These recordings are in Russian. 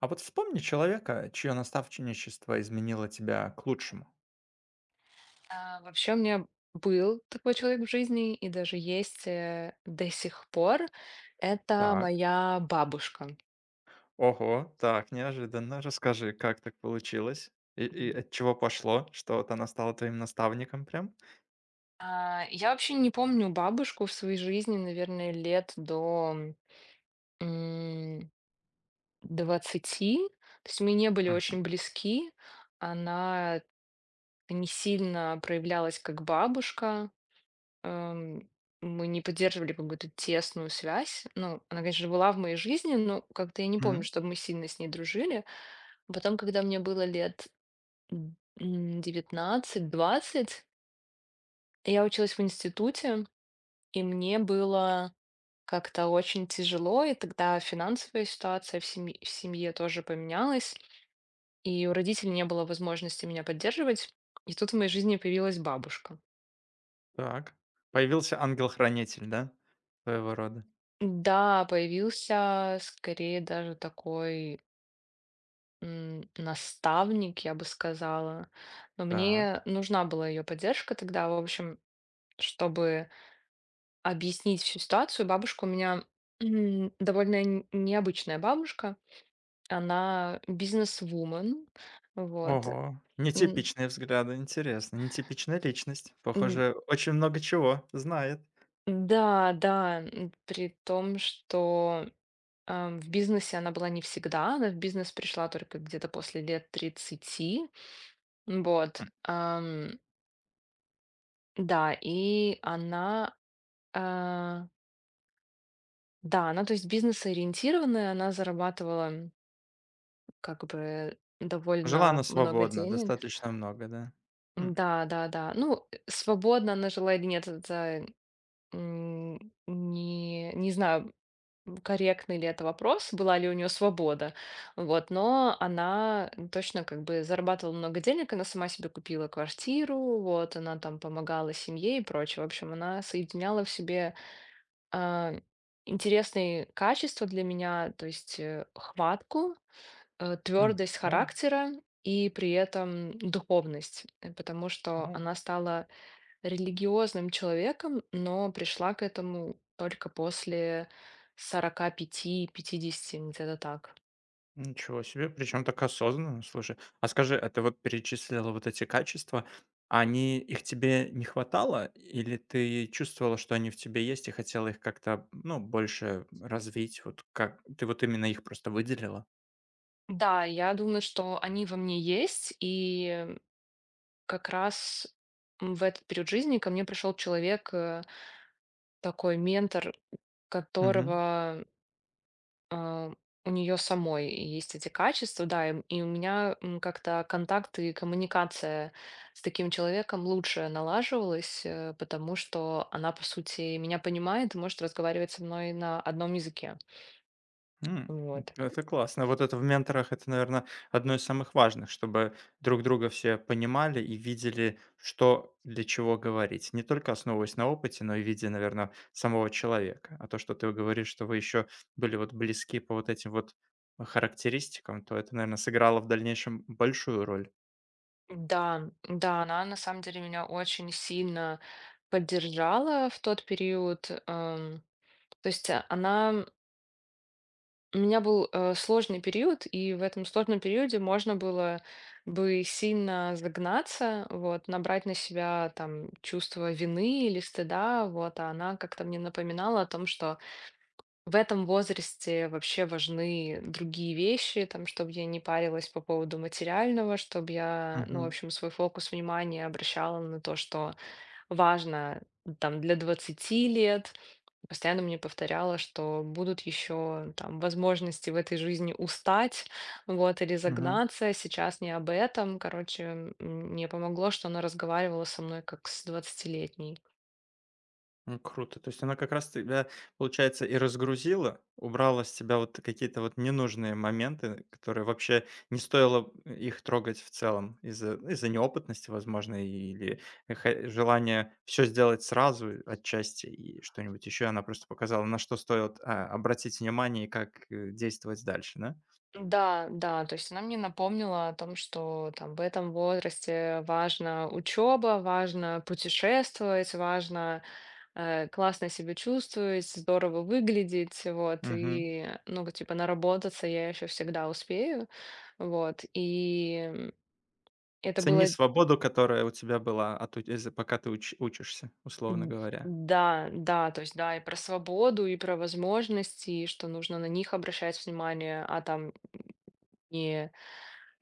А вот вспомни человека, чье наставничество изменило тебя к лучшему. Вообще у меня был такой человек в жизни и даже есть, до сих пор. Это Так. моя бабушка. Ого, так, неожиданно. Расскажи, как так получилось? И Мгм. от чего пошло, что вот она стала твоим наставником прям? Я вообще не помню бабушку в своей жизни, наверное, лет до, м, 20. То есть мы не были Мгм. очень близки. Она не сильно проявлялась как бабушка. эм, мы не поддерживали какую-то тесную связь. Ну, она, конечно, была в моей жизни, но как-то я не помню, Мгм. чтобы мы сильно с ней дружили. Потом, когда мне было лет м, 19-20, я училась в институте, и мне было как-то очень тяжело, и тогда финансовая ситуация в семье тоже поменялась, и у родителей не было возможности меня поддерживать. И тут в моей жизни появилась бабушка. Так. Появился ангел-хранитель, да? Своего рода. Да, появился скорее даже такой наставник, я бы сказала. Но Так. мне нужна была ее поддержка тогда, в общем, чтобы объяснить всю ситуацию. Бабушка у меня довольно необычная бабушка. Она бизнес-вумен, вот. Ого. М, Нетипичные взгляды, интересно. Нетипичная личность. м, Похоже, очень много чего знает. Да, да, при том, что в бизнесе она была не всегда, она в бизнес пришла только где-то после лет 30, вот. М. Да, и она А, да, она, то есть, бизнес-ориентированная, она зарабатывала, как бы Жила довольно она много свободно, денег. достаточно много, да? М, Да, да, да. Ну, свободно она жила или нет, это, не знаю, корректный ли это вопрос, была ли у нее свобода. Вот, но она точно как бы зарабатывала много денег, она сама себе купила квартиру, вот, она там помогала семье и прочее. В общем, она соединяла в себе а, интересные качества для меня, то есть хватку, м. твердость О, характера и при этом духовность, потому что о. она стала религиозным человеком, но пришла к этому только после 45, 50, где-то так. Ничего себе, причем так осознанно, слушай. А скажи, а ты вот перечислила вот эти качества, они их тебе не хватало, или ты чувствовала, что они в тебе есть и хотела их как-то, ну, больше развить? Вот как ты вот именно их просто выделила? Да, я думаю, что они во мне есть, и как раз в этот период жизни ко мне пришел человек, такой ментор, Мгм. которого а, у нее самой есть эти качества, да, и у меня как-то контакт и коммуникация с таким человеком лучше налаживалась, потому что она, по сути, меня понимает и может разговаривать со мной на одном языке. М, Вот. это классно. Вот это в менторах- это, наверное, одно из самых важных, чтобы друг друга все понимали и видели, что для чего говорить. Не только основываясь на опыте, но и видя, наверное, самого человека. А то, что ты говоришь, что вы еще были вот близки по вот этим вот характеристикам, то это, наверное, сыграло в дальнейшем большую роль. Да, да, она на самом деле меня очень сильно поддержала в тот период. То есть она у меня был, сложный период, и в этом сложном периоде можно было бы сильно загнаться, вот, набрать на себя там чувство вины или стыда, вот, а она как-то мне напоминала о том, что в этом возрасте вообще важны другие вещи, там, чтобы я не парилась по поводу материального, чтобы я, ну, в Мгм, общем, свой фокус внимания обращала на то, что важно там для 20 лет, постоянно мне повторяла, что будут еще там возможности в этой жизни устать, вот, или мгм. загнаться, сейчас не об этом. Короче, мне помогло, что она разговаривала со мной как с 20-летней. Ну, круто. То есть она как раз тебя, получается, и разгрузила, убрала с тебя вот какие-то вот ненужные моменты, которые вообще не стоило их трогать в целом из-за неопытности, возможно, или хо желания все сделать сразу отчасти и что-нибудь еще. Она просто показала, на что стоит, обратить внимание и как, действовать дальше, да? Да, да, то есть она мне напомнила о том, что там в этом возрасте важна учеба, важно путешествовать, важно классно себя чувствовать, здорово выглядеть, вот, Мгм. и, ну, вот, типа, наработаться я еще всегда успею, вот, и это Цени было, свободу, которая у тебя была, а то из-за пока ты уч учишься, условно м, говоря. да, да, то есть, да, и про свободу, и про возможности, и что нужно на них обращать внимание, а там не,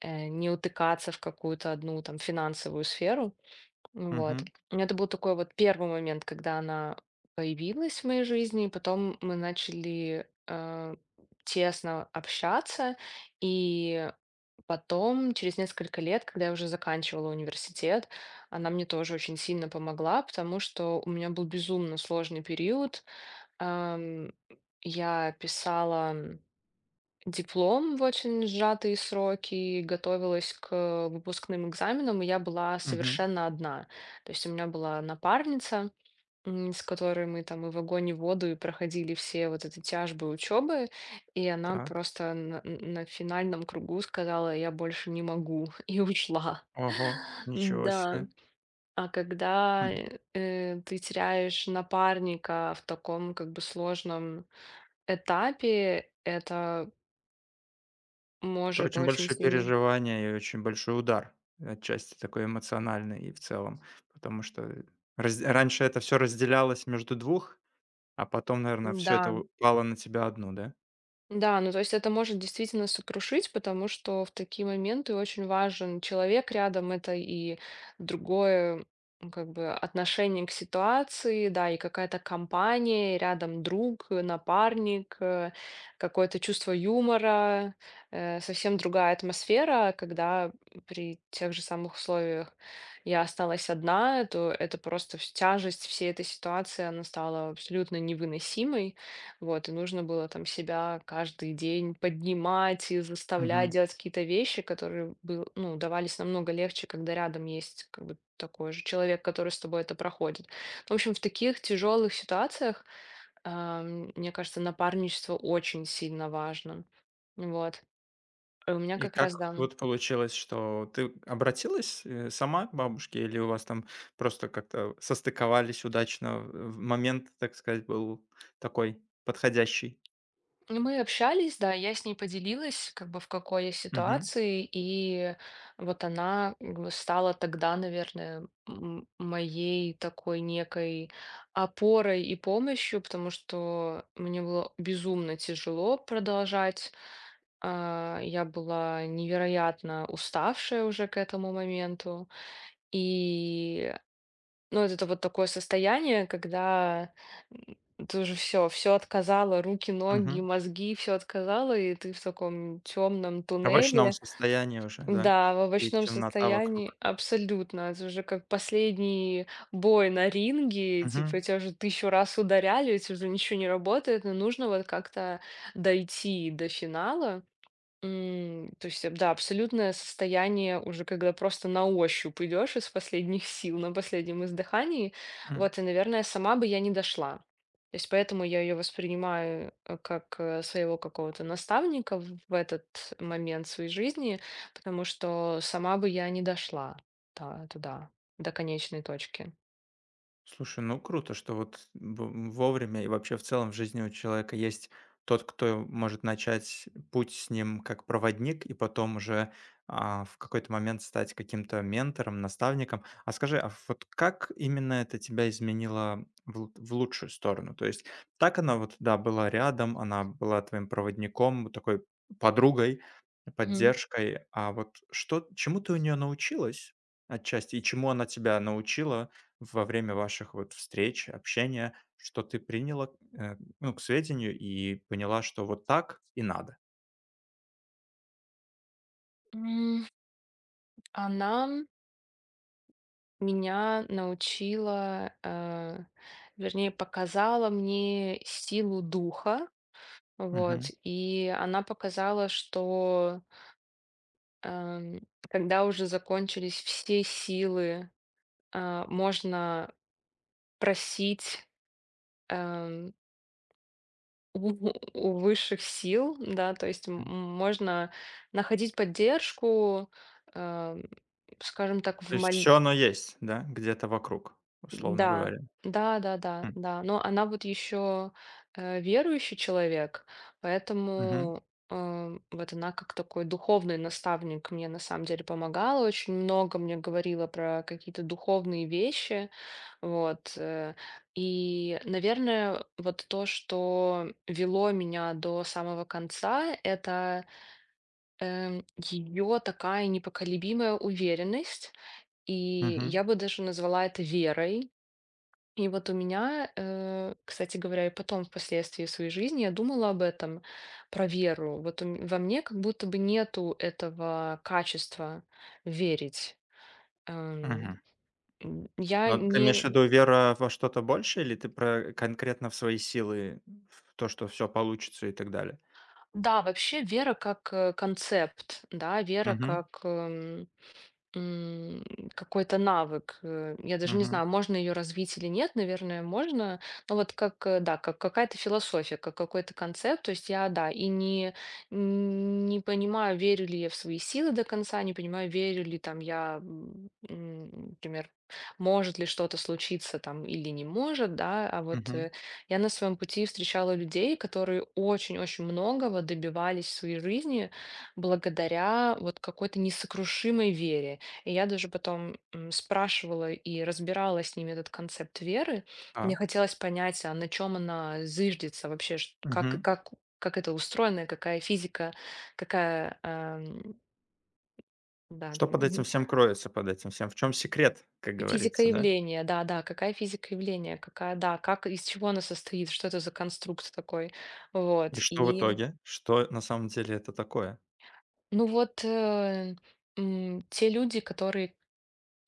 не утыкаться в какую-то одну, там, финансовую сферу. Ну вот. Угу. Это был такой вот первый момент, когда она появилась в моей жизни, и потом мы начали, тесно общаться. И потом, через несколько лет, когда я уже заканчивала университет, она мне тоже очень сильно помогла, потому что у меня был безумно сложный период. Ам, я писала диплом в очень сжатые сроки, готовилась к выпускным экзаменам, и я была Угу. совершенно одна. То есть у меня была напарница, с которой мы там и в огонь, и в воду, и проходили все вот эти тяжбы учебы, и она Так. просто на финальном кругу сказала, я больше не могу, и ушла. Ого, ничего Да, себе. а когда М. Ты теряешь напарника в таком как бы сложном этапе, это Это может, очень очень большие сильно. переживания и очень большой удар, отчасти такой эмоциональный и в целом. Потому что раз раньше это все разделялось между двух, а потом, наверное, все это Да. упало на тебя одну, да? Да, ну то есть это может действительно сокрушить, потому что в такие моменты очень важен человек рядом, это и другое как бы отношение к ситуации, да, и какая-то компания, и рядом друг, напарник, какое-то чувство юмора, совсем другая атмосфера, когда при тех же самых условиях я осталась одна, то это просто тяжесть всей этой ситуации, она стала абсолютно невыносимой. Вот, и нужно было там себя каждый день поднимать и заставлять Мгм. делать какие-то вещи, которые был, ну, давались намного легче, когда рядом есть как бы такой же человек, который с тобой это проходит. В общем, в таких тяжелых ситуациях, мне кажется, напарничество очень сильно важно. Вот. И у меня И как как раз, да. вот получилось, что ты обратилась, сама к бабушке или у вас там просто как-то состыковались удачно, в момент, так сказать, был такой подходящий? Ну, мы общались, да, я с ней поделилась, как бы в какой я ситуации, и вот она как бы стала тогда, наверное, моей такой некой опорой и помощью, потому что мне было безумно тяжело продолжать. Я была невероятно уставшая уже к этому моменту, и ну, вот это вот такое состояние, когда, ты уже всё отказала: руки, ноги, Мгм. мозги, все отказала, и ты в таком темном Овощном туннеле. состоянии уже, да, Да, в и овощном темнота состоянии вокруг. абсолютно. Это уже как последний бой на ринге, типа Мгм, тебя уже тысячу раз ударяли, у тебя уже ничего не работает, но нужно вот как-то дойти до финала. То есть, да, абсолютное состояние уже, когда просто на ощупь идешь из последних сил, на последнем издыхании. м. Вот, и, наверное, сама бы я не дошла. То есть поэтому я ее воспринимаю как своего какого-то наставника в этот момент своей жизни, потому что сама бы я не дошла туда, до конечной точки. Слушай, ну круто, что вот в вовремя и вообще в целом в жизни у человека есть тот, кто может начать путь с ним как проводник и потом уже, в какой-то момент стать каким-то ментором, наставником. А скажи, а вот как именно это тебя изменило в лучшую сторону? То есть так она вот, да, была рядом, она была твоим проводником, вот такой подругой. Мгм. Поддержкой. А вот что чему ты у нее научилась отчасти и чему она тебя научила во время ваших вот встреч, общения, что ты приняла, ну, к сведению и поняла, что вот так и надо? М, Она меня научила, вернее, показала мне силу духа, вот, Мгм, и она показала, что, эм, когда уже закончились все силы, можно просить, эм, у у высших сил, да, то есть м. можно находить поддержку, эм, скажем так, в То есть молитве. все оно есть, да, где-то вокруг, условно Да, говоря? да, да, да, М, да. Но она вот еще верующий человек, мгм, поэтому вот она как такой духовный наставник мне на самом деле помогала, очень много мне говорила про какие-то духовные вещи, вот. И, наверное, вот то, что вело меня до самого конца, это ее такая непоколебимая уверенность, и мгм, я бы даже назвала это верой. И вот у меня, кстати говоря, и потом впоследствии своей жизни я думала об этом, про веру. Вот у во мне как будто бы нету этого качества верить. Эм, мгм. Я Но ты имеешь не... в виду вера во что-то больше, или ты про конкретно в свои силы, в то, что все получится и так далее? Да, вообще вера как концепт, да, вера Мгм, как М, какой-то навык. Я даже не мгм, знаю, можно ее развить или нет, наверное, можно. Но вот как, да, как какая-то философия, как какой-то концепт. То есть я, да, и не понимаю, верю ли я в свои силы до конца, не понимаю, верю ли там я, например, может ли что-то случиться там или не может, да. А вот мгм. Я на своем пути встречала людей, которые очень-очень многого добивались в своей жизни благодаря вот какой-то несокрушимой вере. И я даже потом, спрашивала и разбирала с ними этот концепт веры. Мне Так. хотелось понять, а на чем она зыждется вообще, как, Мгм. Как это устроено, и какая физика, какая, да, Что там, под этим всем кроется, под этим всем? В чем секрет, как физика говорится, да? явления, да, да, какая физика явления, какая, да, как, из чего она состоит, что это за конструкт такой, И вот, что в и, итоге? Что на самом деле это такое? ну вот, те люди, которые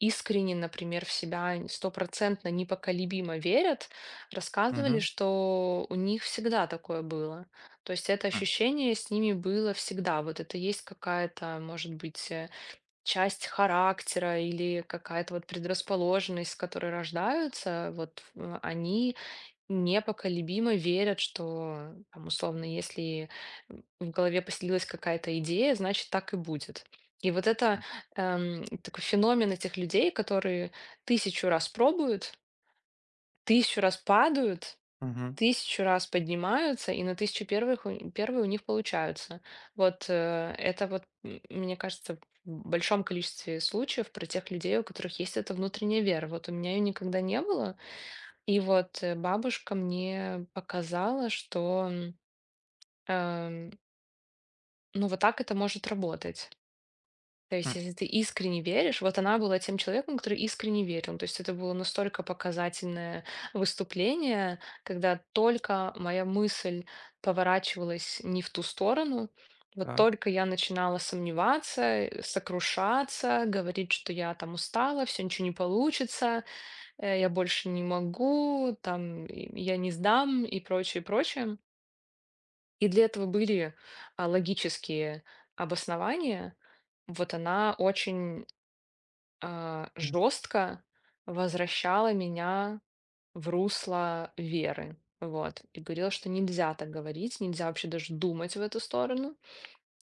искренне, например, в себя стопроцентно непоколебимо верят, рассказывали, Мгм. что у них всегда такое было. То есть это М, ощущение с ними было всегда. Вот это есть какая-то, может быть, часть характера или какая-то вот предрасположенность, с которой рождаются. Вот они непоколебимо верят, что, там, условно, если в голове поселилась какая-то идея, значит, так и будет. И вот это м, такой феномен этих людей, которые тысячу раз пробуют, тысячу раз падают, мгм, тысячу раз поднимаются, и на тысячу первых первые у них получаются. Вот это вот, мне кажется, в большом количестве случаев про тех людей, у которых есть эта внутренняя вера. Вот у меня ее никогда не было, и вот, бабушка мне показала, что, эм, ну, вот так это может работать. То есть, м. если ты искренне веришь, вот она была тем человеком, который искренне верил. То есть это было настолько показательное выступление, когда только моя мысль поворачивалась не в ту сторону, вот Так. только я начинала сомневаться, сокрушаться, говорить, что я там устала, все ничего не получится, я больше не могу, там, и я не сдам и прочее, прочее. И для этого были логические обоснования. Вот она очень М, жестко возвращала меня в русло веры. Вот. И говорила, что нельзя так говорить, нельзя вообще даже думать в эту сторону.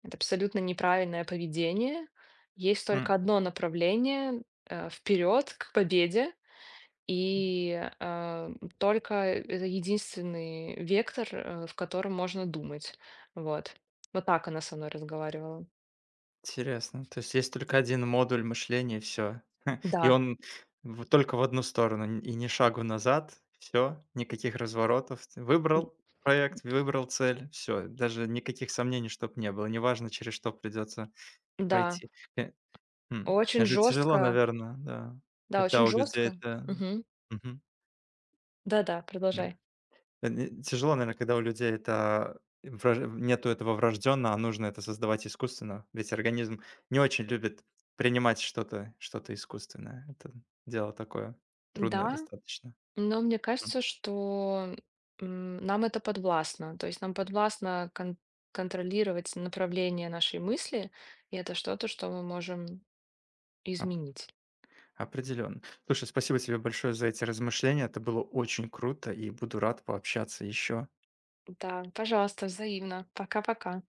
Это абсолютно неправильное поведение. Есть м, только одно направление вперед к победе, и, а, только это единственный вектор, в котором можно думать. Вот. Вот так она со мной разговаривала. Интересно. То есть есть только один модуль мышления, и всё. И Да, он в только в одну сторону, н и ни шагу назад. Все, никаких разворотов. Ты н выбрал проект, выбрал цель, все, даже никаких сомнений чтоб не было. Неважно, через что придется да, пройти. Э Это очень же тяжело, жестко. наверное, да, Да, когда очень у людей жестко. это, Мгм. ну, мгм. Да-да, Да. продолжай. Не тяжело, наверное, когда у людей это врож нету этого врождённо, а нужно это создавать искусственно. Ведь организм не очень любит принимать что-то искусственное. Это дело такое трудное Да, достаточно. но мне кажется, М. что, нам это подвластно. То есть нам подвластно контролировать направление нашей мысли, и это что-то, что мы можем Оп изменить. Определённо. Слушай, спасибо тебе большое за эти размышления. Это было очень круто, и буду рад пообщаться ещё. Да, пожалуйста, взаимно. Пока-пока.